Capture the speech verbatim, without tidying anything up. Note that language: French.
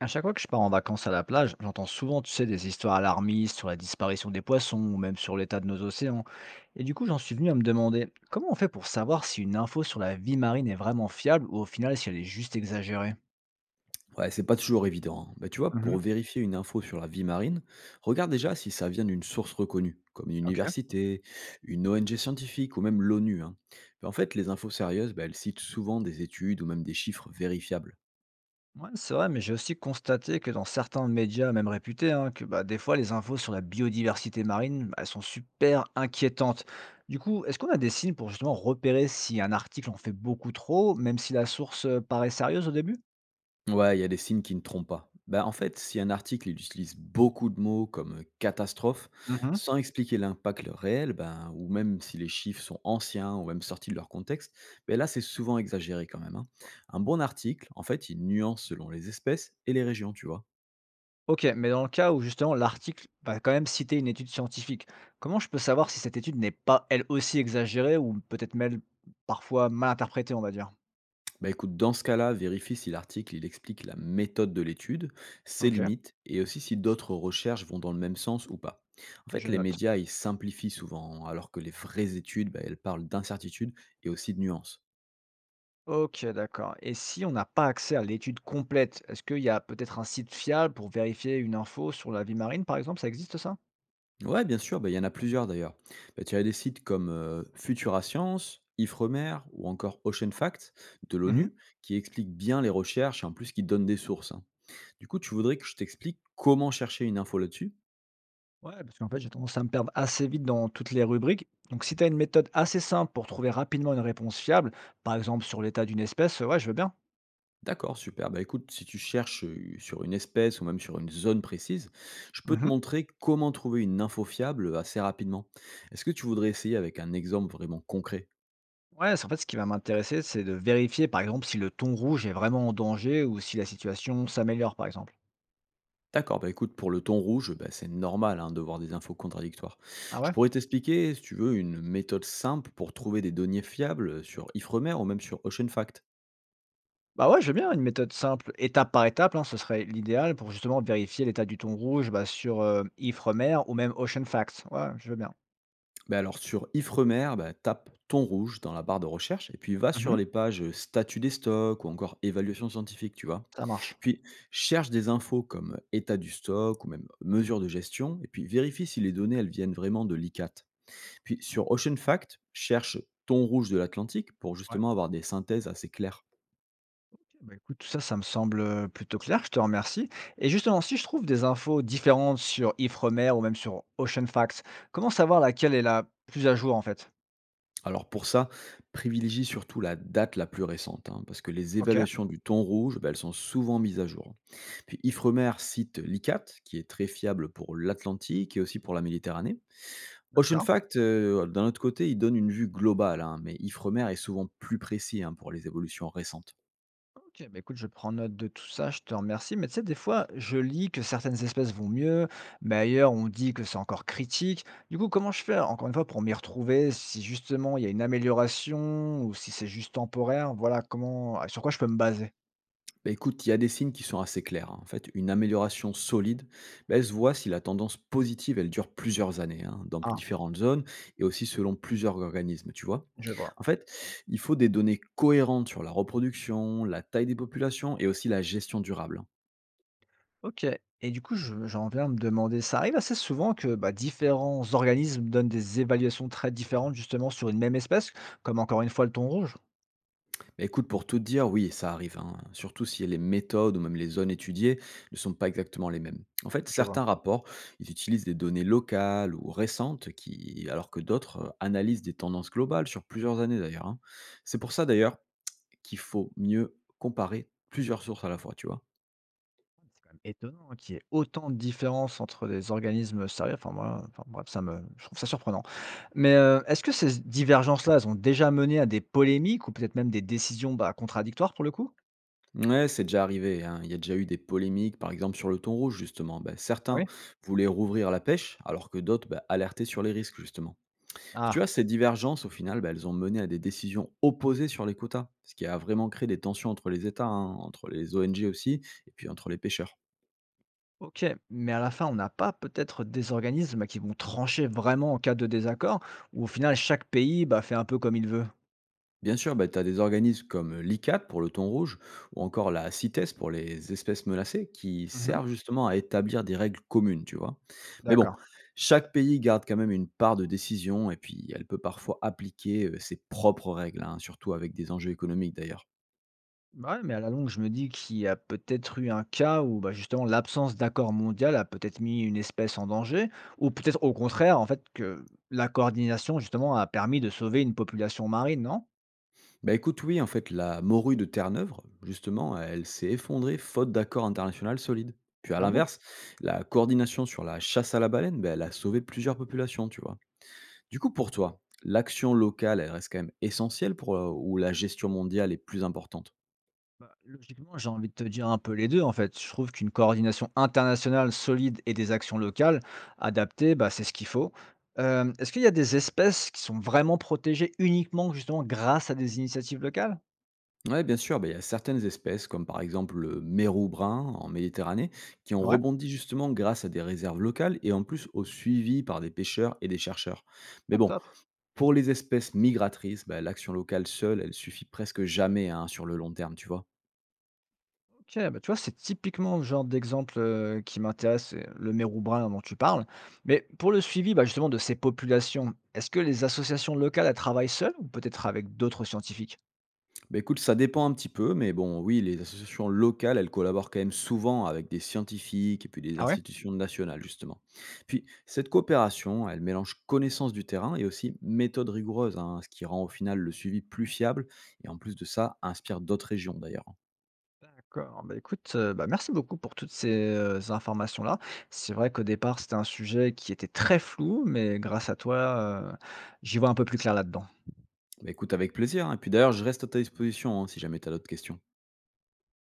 À chaque fois que je pars en vacances à la plage, j'entends souvent, tu sais, des histoires alarmistes sur la disparition des poissons ou même sur l'état de nos océans. Et du coup, j'en suis venu à me demander, comment on fait pour savoir si une info sur la vie marine est vraiment fiable ou au final si elle est juste exagérée? Ouais, c'est pas toujours évident, hein. Bah, tu vois, Mhm, pour vérifier une info sur la vie marine, regarde déjà si ça vient d'une source reconnue, comme une ok. université, une O N G scientifique ou même l'ONU, hein. Bah, en fait, les infos sérieuses, bah, elles citent souvent des études ou même des chiffres vérifiables. Ouais, c'est vrai, mais j'ai aussi constaté que dans certains médias, même réputés, hein, que bah, des fois les infos sur la biodiversité marine, bah, elles sont super inquiétantes. Du coup, est-ce qu'on a des signes pour justement repérer si un article en fait beaucoup trop, même si la source euh, paraît sérieuse au début? Ouais, il y a des signes qui ne trompent pas. Ben en fait, si un article il utilise beaucoup de mots comme euh, catastrophe, sans expliquer l'impact réel, ben, ou même si les chiffres sont anciens ou même sortis de leur contexte, ben là c'est souvent exagéré quand même, hein. Un bon article, en fait, il nuance selon les espèces et les régions, tu vois. OK, mais dans le cas où justement l'article va quand même citer une étude scientifique, comment je peux savoir si cette étude n'est pas elle aussi exagérée ou peut-être même parfois mal interprétée, on va dire? Bah écoute, dans ce cas-là, vérifie si l'article il explique la méthode de l'étude, ses OK, limites, et aussi si d'autres recherches vont dans le même sens ou pas. En fait, je les note. médias ils simplifient souvent, alors que les vraies études, bah, elles parlent d'incertitudes et aussi de nuances. OK, d'accord. Et si on n'a pas accès à l'étude complète, est-ce qu'il y a peut-être un site fiable pour vérifier une info sur la vie marine, par exemple? Ça existe ça? Ouais, bien sûr, bah, il y en a plusieurs d'ailleurs. Bah, tu as des sites comme euh, Futura Science, Ifremer ou encore Ocean Facts de Mmh. l'ONU qui expliquent bien les recherches et en plus qui donnent des sources, hein. Du coup, tu voudrais que je t'explique comment chercher une info là-dessus? Ouais, parce qu'en fait, j'ai tendance à me perdre assez vite dans toutes les rubriques. Donc, si tu as une méthode assez simple pour trouver rapidement une réponse fiable, par exemple sur l'état d'une espèce, ouais, je veux bien. D'accord, super. Bah, écoute, si tu cherches, heu, sur une espèce ou même sur une zone précise, je peux te Mmh. montrer comment trouver une info fiable, assez rapidement. Est-ce que tu voudrais essayer avec un exemple vraiment concret? Ouais, c'est en fait, ce qui va m'intéresser, c'est de vérifier, par exemple, si le thon rouge est vraiment en danger ou si la situation s'améliore, par exemple. D'accord, bah, écoute, pour le thon rouge, bah, c'est normal, hein, de voir des infos contradictoires. Ah Je ouais? pourrais t'expliquer, si tu veux, une méthode simple pour trouver des données fiables, sur Ifremer ou même sur OceanFact. Bah ouais, je veux bien une méthode simple, étape par étape, hein, ce serait l'idéal pour justement vérifier l'état du thon rouge bah, sur euh, Ifremer ou même Ocean Facts. Ouais, je veux bien. Ben alors sur Ifremer, bah, tape «thon rouge» dans la barre de recherche et puis va Mhm, sur les pages, «statut des stocks» ou encore «évaluation scientifique», tu vois? ça marche. Puis cherche des infos comme état du stock ou même mesure de gestion, et puis vérifie si les données elles viennent vraiment de l'I C A T. Puis sur Ocean Fact, cherche ton rouge de l'Atlantique pour Ouais. justement avoir des synthèses assez claires. Bah écoute, tout ça, ça me semble plutôt clair, je te remercie. Et justement, si je trouve des infos différentes sur Ifremer ou même sur Ocean Facts, comment savoir laquelle est la plus à jour en fait? Alors pour ça, privilégie surtout la date la plus récente, hein, parce que les Ok, évaluations du ton rouge, ben, elles sont souvent mises à jour. Puis Ifremer cite l'I C A T, qui est très fiable pour l'Atlantique et aussi pour la Méditerranée. Ocean d'accord. Fact, heu, d'un autre côté, il donne une vue globale, hein, mais Ifremer est souvent plus précis, hein, pour les évolutions récentes. Ok, bah écoute, je prends note de tout ça, je te remercie. Mais tu sais, des fois, je lis que certaines espèces vont mieux, mais ailleurs, on dit que c'est encore critique. Du coup, comment je fais, encore une fois, pour m'y retrouver, si justement il y a une amélioration ou si c'est juste temporaire, voilà, comment, sur quoi je peux me baser? Bah, écoute, il y a des signes qui sont assez clairs, hein. En fait, une amélioration solide, bah, elle se voit si la tendance positive, elle dure plusieurs années, hein, dans plus Ah, différentes zones et aussi selon plusieurs organismes, tu vois? je vois. En fait, il faut des données cohérentes sur la reproduction, la taille des populations et aussi la gestion durable, hein. Ok. Et du coup, je- j'en viens à me demander, ça arrive assez souvent que bah, différents organismes donnent des évaluations très différentes justement sur une même espèce, comme encore une fois le thon rouge. Bah, écoute, pour tout te dire, oui, ça arrive, hein, surtout si les méthodes ou même les zones étudiées ne sont pas exactement les mêmes. En fait, Je vois. certains rapports, ils utilisent des données locales ou récentes, qui, alors que d'autres euh, analysent des tendances globales sur plusieurs années d'ailleurs, hein. C'est pour ça d'ailleurs qu'il faut mieux comparer plusieurs sources à la fois, tu vois. Quand même étonnant, hein, qu'il y ait autant de différences entre des organismes sérieux. Enfin, moi, enfin, bref, ça me, je trouve ça surprenant. Mais euh, est-ce que ces divergences-là, elles ont déjà mené à des polémiques ou peut-être même des décisions bah, contradictoires pour le coup? Ouais, c'est déjà arrivé, hein. Il y a déjà eu des polémiques, par exemple sur le thon rouge, justement. Ben Ah oui? certains voulaient rouvrir la pêche, alors que d'autres bah, alertaient sur les risques, justement. Puis tu Ah, vois, ces divergences, au final, bah, elles ont mené à des décisions opposées sur les quotas, ce qui a vraiment créé des tensions entre les États, hein, entre les O N G aussi, et puis entre les pêcheurs. ok. Mais à la fin, on n'a pas peut-être des organismes qui vont trancher vraiment en cas de désaccord, ou au final, chaque pays bah, fait un peu comme il veut. Bien sûr, bah, tu as des organismes comme l'I C A T pour le thon rouge, ou encore la CITES pour les espèces menacées, qui Mhm. servent justement à établir des règles communes, tu vois. Mais bon, D'accord. chaque pays garde quand même une part de décision, et puis elle peut parfois appliquer euh, ses propres règles, hein, surtout avec des enjeux économiques d'ailleurs. Bah, ouais, mais à la longue, je me dis qu'il y a peut-être eu un cas où, bah, justement, l'absence d'accord mondial a peut-être mis une espèce en danger, ou peut-être au contraire, en fait, que la coordination, justement, a permis de sauver une population marine, non? Bah, écoute, oui, en fait, la morue de Terre-Neuve, justement, elle s'est effondrée faute d'accord international solide. Puis à Ah bon? l'inverse, la coordination sur la chasse à la baleine, bah, elle a sauvé plusieurs populations, tu vois. Du coup, pour toi, l'action locale, elle reste quand même essentielle pour euh, ou la gestion mondiale est plus importante? Bah, logiquement, j'ai envie de te dire un peu les deux, en fait. Je trouve qu'une coordination internationale solide et des actions locales adaptées, bah, c'est ce qu'il faut. Euh, est-ce qu'il y a des espèces qui sont vraiment protégées uniquement, justement, grâce à des initiatives locales? Ouais, bien sûr. Ben il y a certaines espèces, comme par exemple le mérou brun en Méditerranée, qui ont Ouais, rebondi justement grâce à des réserves locales et en plus au suivi par des pêcheurs et des chercheurs. Mais ah, bon, top. pour les espèces migratrices, ben l'action locale seule, elle suffit presque jamais, hein, sur le long terme, tu vois. OK, bah, tu vois, c'est typiquement le genre d'exemple, heu, qui m'intéresse, c'est le mérou brun dont tu parles. Mais pour le suivi, bah, justement de ces populations, est-ce que les associations locales, elles travaillent seules ou peut-être avec d'autres scientifiques? Bah, écoute, ça dépend un petit peu, mais bon, oui, les associations locales, elles collaborent quand même souvent avec des scientifiques et puis des Ah ouais? institutions nationales, justement. Puis, cette coopération, elle mélange connaissance du terrain et aussi méthode rigoureuse, hein, ce qui rend au final le suivi plus fiable et en plus de ça, inspire d'autres régions d'ailleurs. D'accord, bah, écoute, heu, bah, merci beaucoup pour toutes ces, heu, informations-là. C'est vrai qu'au départ, c'était un sujet qui était très flou, mais grâce à toi, heu, j'y vois un peu plus clair là-dedans. Bah, écoute, avec plaisir, hein. Et puis d'ailleurs, je reste à ta disposition, hein, si jamais tu as d'autres questions.